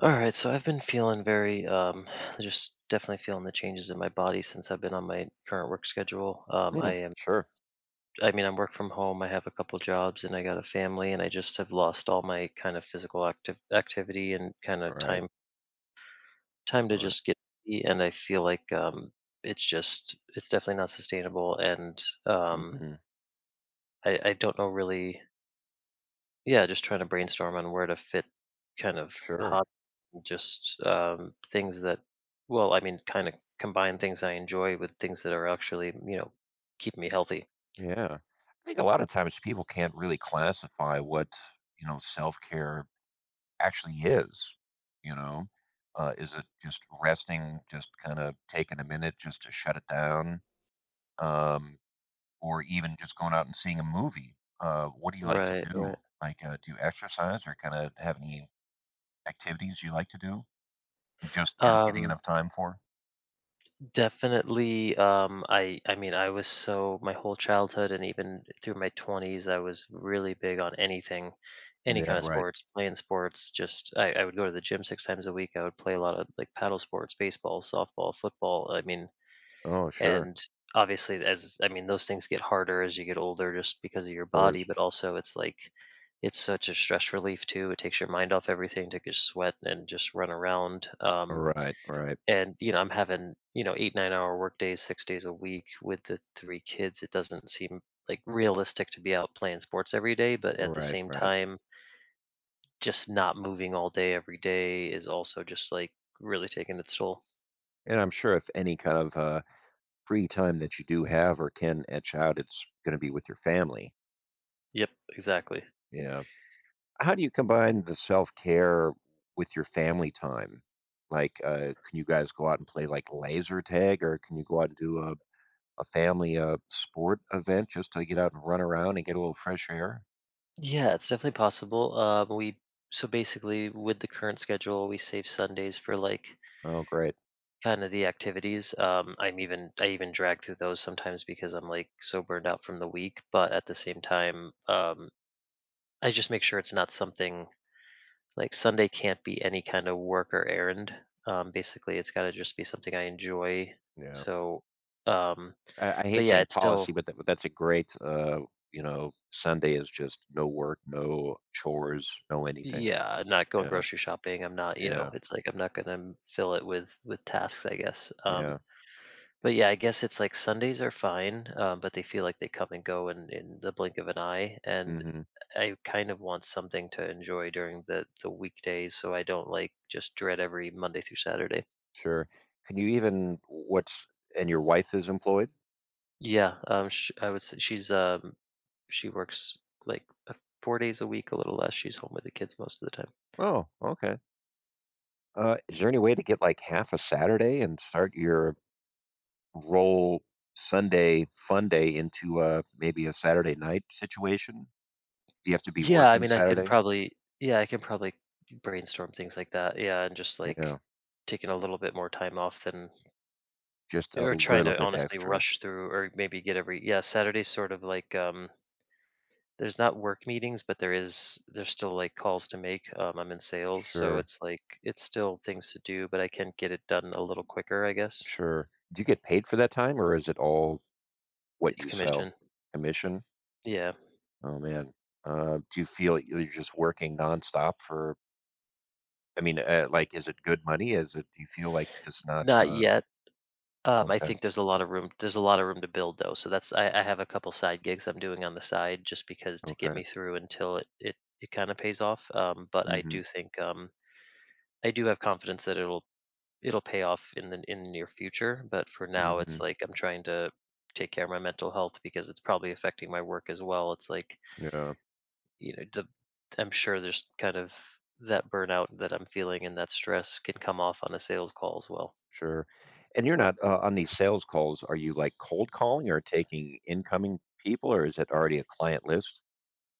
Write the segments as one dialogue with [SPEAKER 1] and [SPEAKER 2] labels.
[SPEAKER 1] All right, so I've been feeling very, just definitely feeling the changes in my body since I've been on my current work schedule.
[SPEAKER 2] Mm, sure.
[SPEAKER 1] I mean, I'm work from home. I have a couple jobs, and I got a family, and I just have lost all my kind of physical active activity and kind
[SPEAKER 2] All
[SPEAKER 1] of
[SPEAKER 2] right.
[SPEAKER 1] time
[SPEAKER 2] All
[SPEAKER 1] to
[SPEAKER 2] right.
[SPEAKER 1] just get busy. And I feel like it's definitely not sustainable, and
[SPEAKER 2] Mhm.
[SPEAKER 1] I don't know really. Yeah, just trying to brainstorm on where to fit kind of
[SPEAKER 2] Sure.
[SPEAKER 1] just things that, well, I mean, kind of combine things I enjoy with things that are actually, keep me healthy.
[SPEAKER 2] Yeah. I think a lot of times people can't really classify what, self-care actually is, you know? Is it just resting, just kinda taking a minute just to shut it down, um, or even just going out and seeing a movie? What do you like to
[SPEAKER 1] Right,
[SPEAKER 2] do?
[SPEAKER 1] right.
[SPEAKER 2] Like, do you exercise or kinda have any activities you like to do and just aren't getting
[SPEAKER 1] Um,
[SPEAKER 2] enough time for?
[SPEAKER 1] definitely. I mean, I was so my whole childhood and even through my twenties, I was really big on anything, any
[SPEAKER 2] Yeah,
[SPEAKER 1] kind of
[SPEAKER 2] right.
[SPEAKER 1] sports, playing sports. Just I would go to the gym 6 times a week. I would play a lot of like paddle sports, baseball, softball, football. I mean,
[SPEAKER 2] Oh, sure. Of
[SPEAKER 1] and obviously, as I mean, those things get harder as you get older just because of your body,
[SPEAKER 2] course.
[SPEAKER 1] but also it's like it's such a stress relief too. It takes your mind off everything to just sweat and just run around.
[SPEAKER 2] Right, right,
[SPEAKER 1] And you know, I'm having you know 8 9 hour work days, 6 days a week with the 3 kids. It doesn't seem like realistic to be out playing sports every day, but at the
[SPEAKER 2] right,
[SPEAKER 1] same
[SPEAKER 2] right,
[SPEAKER 1] time, just not moving all day every day is also just like really taking its toll.
[SPEAKER 2] and I'm sure if any kind of, free time that you do have or can etch out, it's gonna be with your family.
[SPEAKER 1] Yep, exactly.
[SPEAKER 2] Yeah, how do you combine the self-care with your family time? Like, can you guys go out and play, like, laser tag, or can you go out and do a family, sport event just to get out and run around and get a little fresh air?
[SPEAKER 1] Yeah, it's definitely possible. We so basically with the current schedule, we save Sundays for like
[SPEAKER 2] Oh, great,
[SPEAKER 1] kind of the activities. I even drag through those sometimes because I'm like so burned out from the week. But at the same time, I just make sure it's not something like Sunday can't be any kind of work or errand. Basically, it's got to just be something I enjoy.
[SPEAKER 2] yeah.
[SPEAKER 1] So, um,
[SPEAKER 2] I
[SPEAKER 1] but
[SPEAKER 2] hate
[SPEAKER 1] yeah,
[SPEAKER 2] saying
[SPEAKER 1] it's
[SPEAKER 2] policy,
[SPEAKER 1] still.
[SPEAKER 2] but that's a great, Sunday is just no work, no chores, no anything.
[SPEAKER 1] Yeah, I'm not going
[SPEAKER 2] Yeah,
[SPEAKER 1] grocery shopping. I'm not, you know,
[SPEAKER 2] yeah,
[SPEAKER 1] it's like I'm not gonna m- fill it with tasks, I guess.
[SPEAKER 2] yeah.
[SPEAKER 1] But yeah, I guess it's like Sundays are fine, but they feel like they come and go in the blink of an eye, and
[SPEAKER 2] Hmm.
[SPEAKER 1] I kind of want something to enjoy during the weekdays, so I don't like just dread every Monday through Saturday.
[SPEAKER 2] Sure. Can you even— what's— and your wife is employed?
[SPEAKER 1] Yeah, sh- I would say she's she works like 4 days a week, a little less. She's home with the kids most of the time.
[SPEAKER 2] Oh, okay. Is there any way to get like half a Saturday and start your roll Sunday fun day into maybe a Saturday night situation? Do you have to be
[SPEAKER 1] Yeah, I
[SPEAKER 2] working
[SPEAKER 1] mean, I can
[SPEAKER 2] Saturday?
[SPEAKER 1] probably yeah, I can probably brainstorm things like that. Yeah, and just
[SPEAKER 2] Yeah,
[SPEAKER 1] like taking a little bit more time off than
[SPEAKER 2] just a
[SPEAKER 1] or trying
[SPEAKER 2] little
[SPEAKER 1] to
[SPEAKER 2] bit
[SPEAKER 1] honestly
[SPEAKER 2] extra.
[SPEAKER 1] rush through or maybe get every yeah, Saturday's sort of like there's not work meetings, but there's still like calls to make. Um, I'm in sales, so
[SPEAKER 2] Sure.
[SPEAKER 1] it's like it's still things to do, but I can get it done a little quicker, I guess.
[SPEAKER 2] Sure. Do you get paid for that time, or is it all what
[SPEAKER 1] It's
[SPEAKER 2] you sell?
[SPEAKER 1] commission.
[SPEAKER 2] Commission?
[SPEAKER 1] Yeah.
[SPEAKER 2] Oh, man. Do you feel like you're just working nonstop for— I mean, like, is it good money? Is it, do you feel like you're just not,
[SPEAKER 1] Not
[SPEAKER 2] uh
[SPEAKER 1] yet. I
[SPEAKER 2] okay,
[SPEAKER 1] think there's a lot of room, there's a lot of room to build though. So that's I have a couple side gigs I'm doing on the side just because to get
[SPEAKER 2] okay.
[SPEAKER 1] me through until it kind of pays off. But I
[SPEAKER 2] Mhm,
[SPEAKER 1] do think I do have confidence that it'll pay off in the near future. But for now, it's
[SPEAKER 2] mhm.
[SPEAKER 1] like I'm trying to take care of my mental health because it's probably affecting my work as well. It's like
[SPEAKER 2] Yeah,
[SPEAKER 1] you know the I'm sure there's kind of that burnout that I'm feeling and that stress can come off on a sales call as well.
[SPEAKER 2] sure. And you're not, on these sales calls, are you, like, cold calling or taking incoming people, or is it already a client list?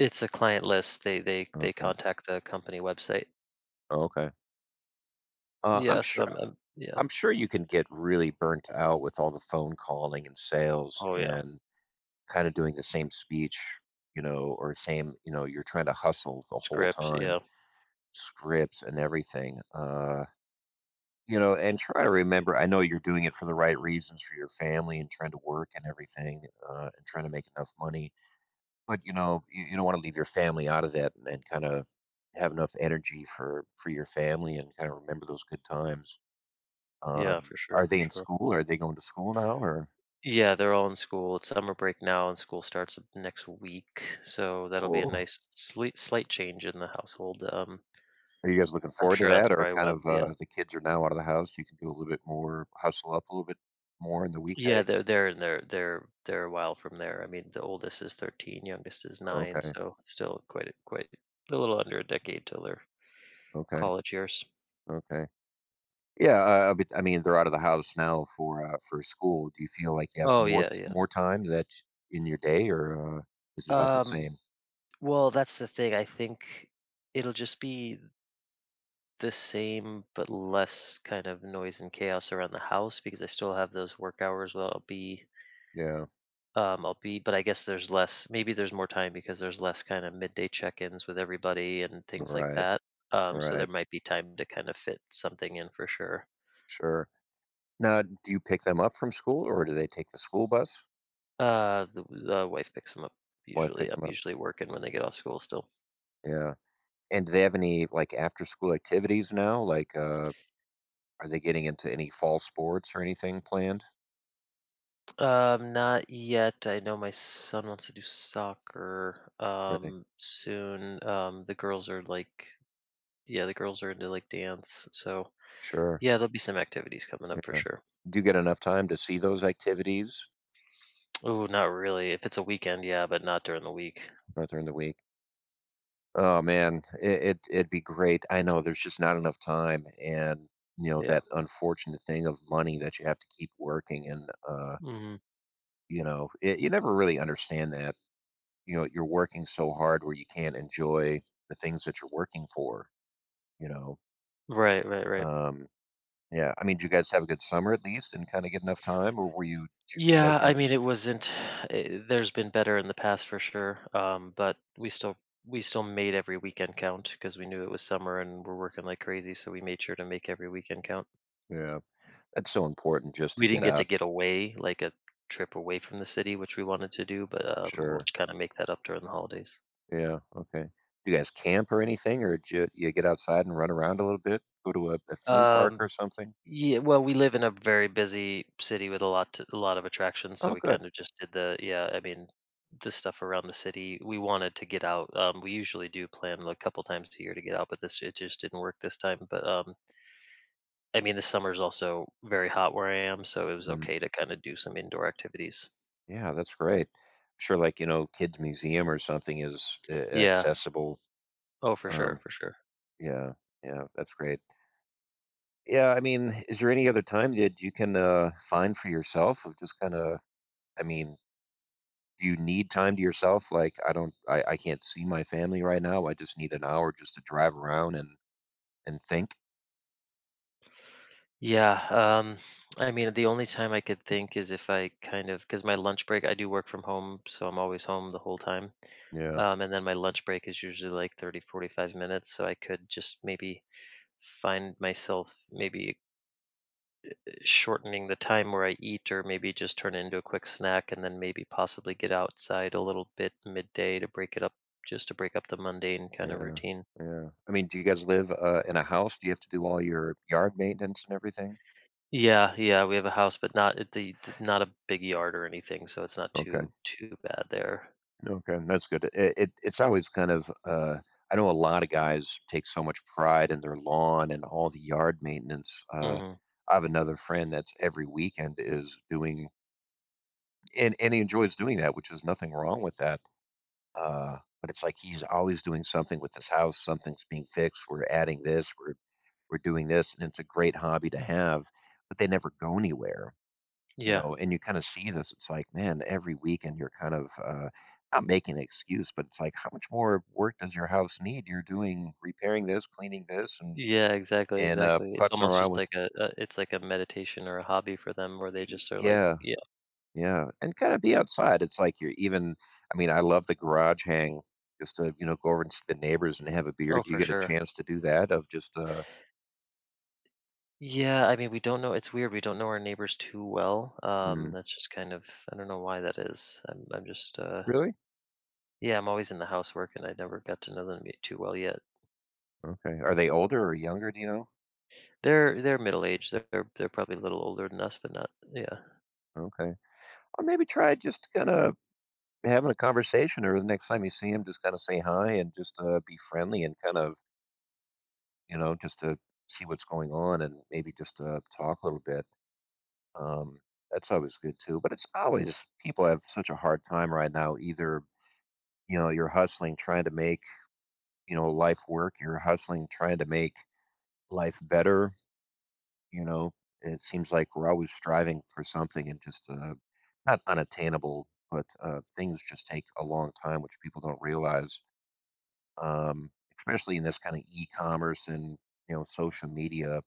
[SPEAKER 1] It's a client list. They
[SPEAKER 2] Okay,
[SPEAKER 1] contact the company website.
[SPEAKER 2] okay. Uh, I'm
[SPEAKER 1] Yeah, so
[SPEAKER 2] sure
[SPEAKER 1] I'm yeah.
[SPEAKER 2] I'm sure you can get really burnt out with all the phone calling and sales
[SPEAKER 1] Oh, yeah.
[SPEAKER 2] and kind of doing the same speech, or same, you're trying to hustle the whole
[SPEAKER 1] Scripts,
[SPEAKER 2] time,
[SPEAKER 1] yeah.
[SPEAKER 2] scripts and everything. And try to remember, I know you're doing it for the right reasons for your family and trying to work and everything, and trying to make enough money. But, you don't want to leave your family out of that and kind of have enough energy for your family and kind of remember those good times.
[SPEAKER 1] Yeah,
[SPEAKER 2] um,
[SPEAKER 1] for sure,
[SPEAKER 2] are they
[SPEAKER 1] for
[SPEAKER 2] in
[SPEAKER 1] sure.
[SPEAKER 2] school? Are they going to school now, or—
[SPEAKER 1] Yeah, they're all in school. It's summer break now, and school starts next week, so that'll be a
[SPEAKER 2] oh,
[SPEAKER 1] nice slight change in the household. Um,
[SPEAKER 2] are you guys looking
[SPEAKER 1] I'm
[SPEAKER 2] forward to
[SPEAKER 1] sure
[SPEAKER 2] that,
[SPEAKER 1] that's
[SPEAKER 2] or
[SPEAKER 1] probably
[SPEAKER 2] kind
[SPEAKER 1] why,
[SPEAKER 2] of,
[SPEAKER 1] yeah.
[SPEAKER 2] the kids are now out of the house, you can do a little bit more hustle up a little bit more in the
[SPEAKER 1] Yeah,
[SPEAKER 2] weekday?
[SPEAKER 1] they're in their they're a while from there. I mean, the oldest is 13, youngest is 9,
[SPEAKER 2] Okay,
[SPEAKER 1] so still quite a quite a little under a decade till their
[SPEAKER 2] okay,
[SPEAKER 1] college years.
[SPEAKER 2] okay. Yeah, but, I mean, they're out of the house now for school. Do you feel like you have
[SPEAKER 1] Oh,
[SPEAKER 2] more t
[SPEAKER 1] yeah, yeah.
[SPEAKER 2] more time that in your day, or, is it about the
[SPEAKER 1] Um,
[SPEAKER 2] same?
[SPEAKER 1] well, that's the thing. I think it'll just be the same, but less kind of noise and chaos around the house because I still have those work hours where
[SPEAKER 2] Yeah.
[SPEAKER 1] I'll be, but I guess there's less, maybe there's more time because there's less kind of midday check ins with everybody and things like
[SPEAKER 2] Right,
[SPEAKER 1] that. So there
[SPEAKER 2] right.
[SPEAKER 1] might be time to kind of fit something in for sure.
[SPEAKER 2] Sure. Now, do you pick them up from school, or do they take the school bus?
[SPEAKER 1] The wife picks them up
[SPEAKER 2] Wife
[SPEAKER 1] usually.
[SPEAKER 2] picks
[SPEAKER 1] I'm
[SPEAKER 2] them up.
[SPEAKER 1] usually working when they get off school still.
[SPEAKER 2] Yeah. And do they have any, like, after school activities now? Like, are they getting into any fall sports or anything planned?
[SPEAKER 1] Not yet. I know my son wants to do soccer
[SPEAKER 2] Really?
[SPEAKER 1] soon. The girls are like, yeah, the girls are into like dance. So
[SPEAKER 2] Sure,
[SPEAKER 1] yeah, there'll be some activities coming up for
[SPEAKER 2] yeah.
[SPEAKER 1] sure.
[SPEAKER 2] Do you get enough time to see those activities
[SPEAKER 1] Oh, not really. If it's a weekend, yeah, but not during the week.
[SPEAKER 2] right during the week? Oh, man, I it it'd be great. I know there's just not enough time and,
[SPEAKER 1] Yeah.
[SPEAKER 2] that unfortunate thing of money that you have to keep working and,
[SPEAKER 1] hmm
[SPEAKER 2] it— you never really understand that, you're working so hard where you can't enjoy the things that you're working for, you know?
[SPEAKER 1] Right, right, right.
[SPEAKER 2] Um Yeah, I mean, did you guys have a good summer at least and kinda get enough time, or were you— did you feel
[SPEAKER 1] Yeah,
[SPEAKER 2] like you were
[SPEAKER 1] I mean, it
[SPEAKER 2] just—
[SPEAKER 1] wasn't. Eh, there's been better in the past for sure. But we still made every weekend count because we knew it was summer and we're working like crazy, so we made sure to make every weekend count.
[SPEAKER 2] yeah, that's so important just to
[SPEAKER 1] We didn't
[SPEAKER 2] get
[SPEAKER 1] get
[SPEAKER 2] out.
[SPEAKER 1] to get away, like a trip away from the city, which we wanted to do, but we'll
[SPEAKER 2] Sure.
[SPEAKER 1] kind of make that up during the holidays.
[SPEAKER 2] Yeah, okay. Do you guys camp or anything, or did you get outside and run around a little bit? Go to a theme park
[SPEAKER 1] Um,
[SPEAKER 2] or something?
[SPEAKER 1] yeah, well, we live in a very busy city with a lot to, a lot of attractions, so
[SPEAKER 2] Oh,
[SPEAKER 1] we
[SPEAKER 2] good.
[SPEAKER 1] kind of just did the yeah. I mean, the stuff around the city. We wanted to get out. We usually do plan a couple times a year to get out, but this it just didn't work this time. But I mean, the summer is also very hot where I am, so it was
[SPEAKER 2] Mm,
[SPEAKER 1] okay to kind of do some indoor activities.
[SPEAKER 2] yeah, that's great. Sure, like, kids museum or something is a
[SPEAKER 1] Yeah.
[SPEAKER 2] accessible,
[SPEAKER 1] Oh, for sure,
[SPEAKER 2] um,
[SPEAKER 1] for sure.
[SPEAKER 2] yeah, yeah, that's great. Yeah, I mean, is there any other time that you can, find for yourself of just kinda— I mean, do you need time to yourself? Like, I don't, I can't see my family right now. I just need an hour just to drive around and think.
[SPEAKER 1] Yeah, I mean, the only time I could think is if I kind of because my lunch break, I do work from home, so I'm always home the whole time.
[SPEAKER 2] Yeah,
[SPEAKER 1] And then my lunch break is usually like 30, 45 minutes. So I could just maybe find myself maybe shortening the time where I eat, or maybe just turn it into a quick snack and then maybe possibly get outside a little bit midday to break it up, just to break up the mundane kind of
[SPEAKER 2] yeah,
[SPEAKER 1] routine.
[SPEAKER 2] yeah. I mean, do you guys live, in a house? Do you have to do all your yard maintenance and everything?
[SPEAKER 1] Yeah, yeah, we have a house, but not at the th- not a big yard or anything, so it's not
[SPEAKER 2] Okay,
[SPEAKER 1] too too bad there.
[SPEAKER 2] okay, that's good. It's always kind of, I know a lot of guys take so much pride in their lawn and all the yard maintenance.
[SPEAKER 1] Mhm.
[SPEAKER 2] I have another friend that's every weekend is doing and he enjoys doing that, which is nothing wrong with that. But it's like he's always doing something with this house, something's being fixed, we're adding this, we're doing this, and it's a great hobby to have, but they never go anywhere,
[SPEAKER 1] Yeah.
[SPEAKER 2] and you kind of see this, it's like, man, every weekend you're kind of, not making an excuse, but it's like, how much more work does your house need? You're doing repairing this, cleaning this, and
[SPEAKER 1] Yeah, exactly,
[SPEAKER 2] and,
[SPEAKER 1] exactly. It's
[SPEAKER 2] putzing
[SPEAKER 1] almost
[SPEAKER 2] around
[SPEAKER 1] just
[SPEAKER 2] with—
[SPEAKER 1] like a it's like a meditation or a hobby for them where they just are like
[SPEAKER 2] yeah.
[SPEAKER 1] yeah.
[SPEAKER 2] Yeah, and kinda be outside, it's like you're even— I mean, I love the garage hang just to, go over and see the neighbors and have a beer.
[SPEAKER 1] Oh,
[SPEAKER 2] Do you
[SPEAKER 1] for
[SPEAKER 2] get a
[SPEAKER 1] sure.
[SPEAKER 2] chance to do that of just—
[SPEAKER 1] Yeah, I mean, we don't know it's weird, we don't know our neighbors too well,
[SPEAKER 2] Mm,
[SPEAKER 1] that's just kind of I don't know why that is. I'm just,
[SPEAKER 2] really?
[SPEAKER 1] yeah, I'm always in the house working, I never got to know them y too well yet.
[SPEAKER 2] Okay. Are they older or younger, do you know?
[SPEAKER 1] They're middle-aged, they're probably a little older than us, but not yeah.
[SPEAKER 2] Okay. Or maybe try just kinda having a conversation or the next time you see him, just kinda say hi and just, be friendly and kind of, just to see what's going on and maybe just, talk a little bit. Um, that's always good too, but it's always people have such a hard time right now either— You're hustling trying to make, life work. You're hustling trying to make life better, you know. It seems like we're always striving for something and just not unattainable, but things just take a long time which people don't realize. Um especially in this kind of e-commerce and, social media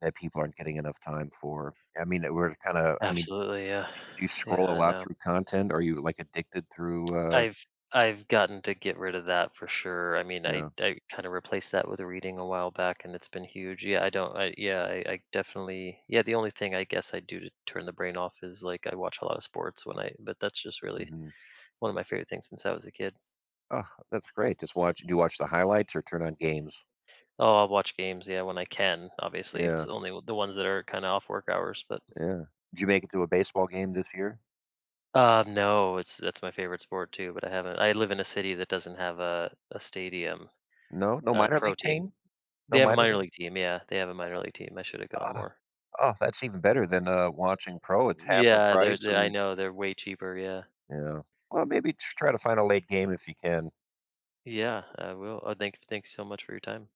[SPEAKER 2] that people aren't getting enough time for. I mean, we're kind of— I mean,
[SPEAKER 1] Absolutely, yeah.
[SPEAKER 2] do you
[SPEAKER 1] Yeah,
[SPEAKER 2] scroll a
[SPEAKER 1] I
[SPEAKER 2] lot
[SPEAKER 1] know.
[SPEAKER 2] through content? Are you like addicted through uh
[SPEAKER 1] I've I've gotten to get rid of that for sure. I mean,
[SPEAKER 2] yeah.
[SPEAKER 1] I kind of replaced that with reading a while back, and it's been huge. Yeah, I don't. I yeah, I definitely. Yeah, the only thing I guess I do to turn the brain off is like I watch a lot of sports when I. But that's just really
[SPEAKER 2] Hmm.
[SPEAKER 1] one of my favorite things since I was a kid.
[SPEAKER 2] Oh, that's great. Just watch— do you watch the highlights or turn on games?
[SPEAKER 1] Oh, I'll watch games. Yeah, when I can. Obviously,
[SPEAKER 2] Yeah,
[SPEAKER 1] it's only the ones that are kind of off work hours. But
[SPEAKER 2] yeah. Did you make it to a baseball game this year?
[SPEAKER 1] no, it's that's my favorite sport too. But I haven't. I live in a city that doesn't have a stadium,
[SPEAKER 2] No? No
[SPEAKER 1] a
[SPEAKER 2] minor
[SPEAKER 1] pro
[SPEAKER 2] league
[SPEAKER 1] team.
[SPEAKER 2] team? No
[SPEAKER 1] They have a
[SPEAKER 2] minor
[SPEAKER 1] minor
[SPEAKER 2] league?
[SPEAKER 1] league team, yeah, they have a minor league team, I should have gone
[SPEAKER 2] Ah,
[SPEAKER 1] more.
[SPEAKER 2] oh, that's even better than, watching pro. It's half the
[SPEAKER 1] Yeah, they're
[SPEAKER 2] price
[SPEAKER 1] they I
[SPEAKER 2] and
[SPEAKER 1] know, they're way cheaper, yeah.
[SPEAKER 2] yeah. Well, maybe tr try to find a late game if you can.
[SPEAKER 1] Yeah, I will. Thanks so much for your time.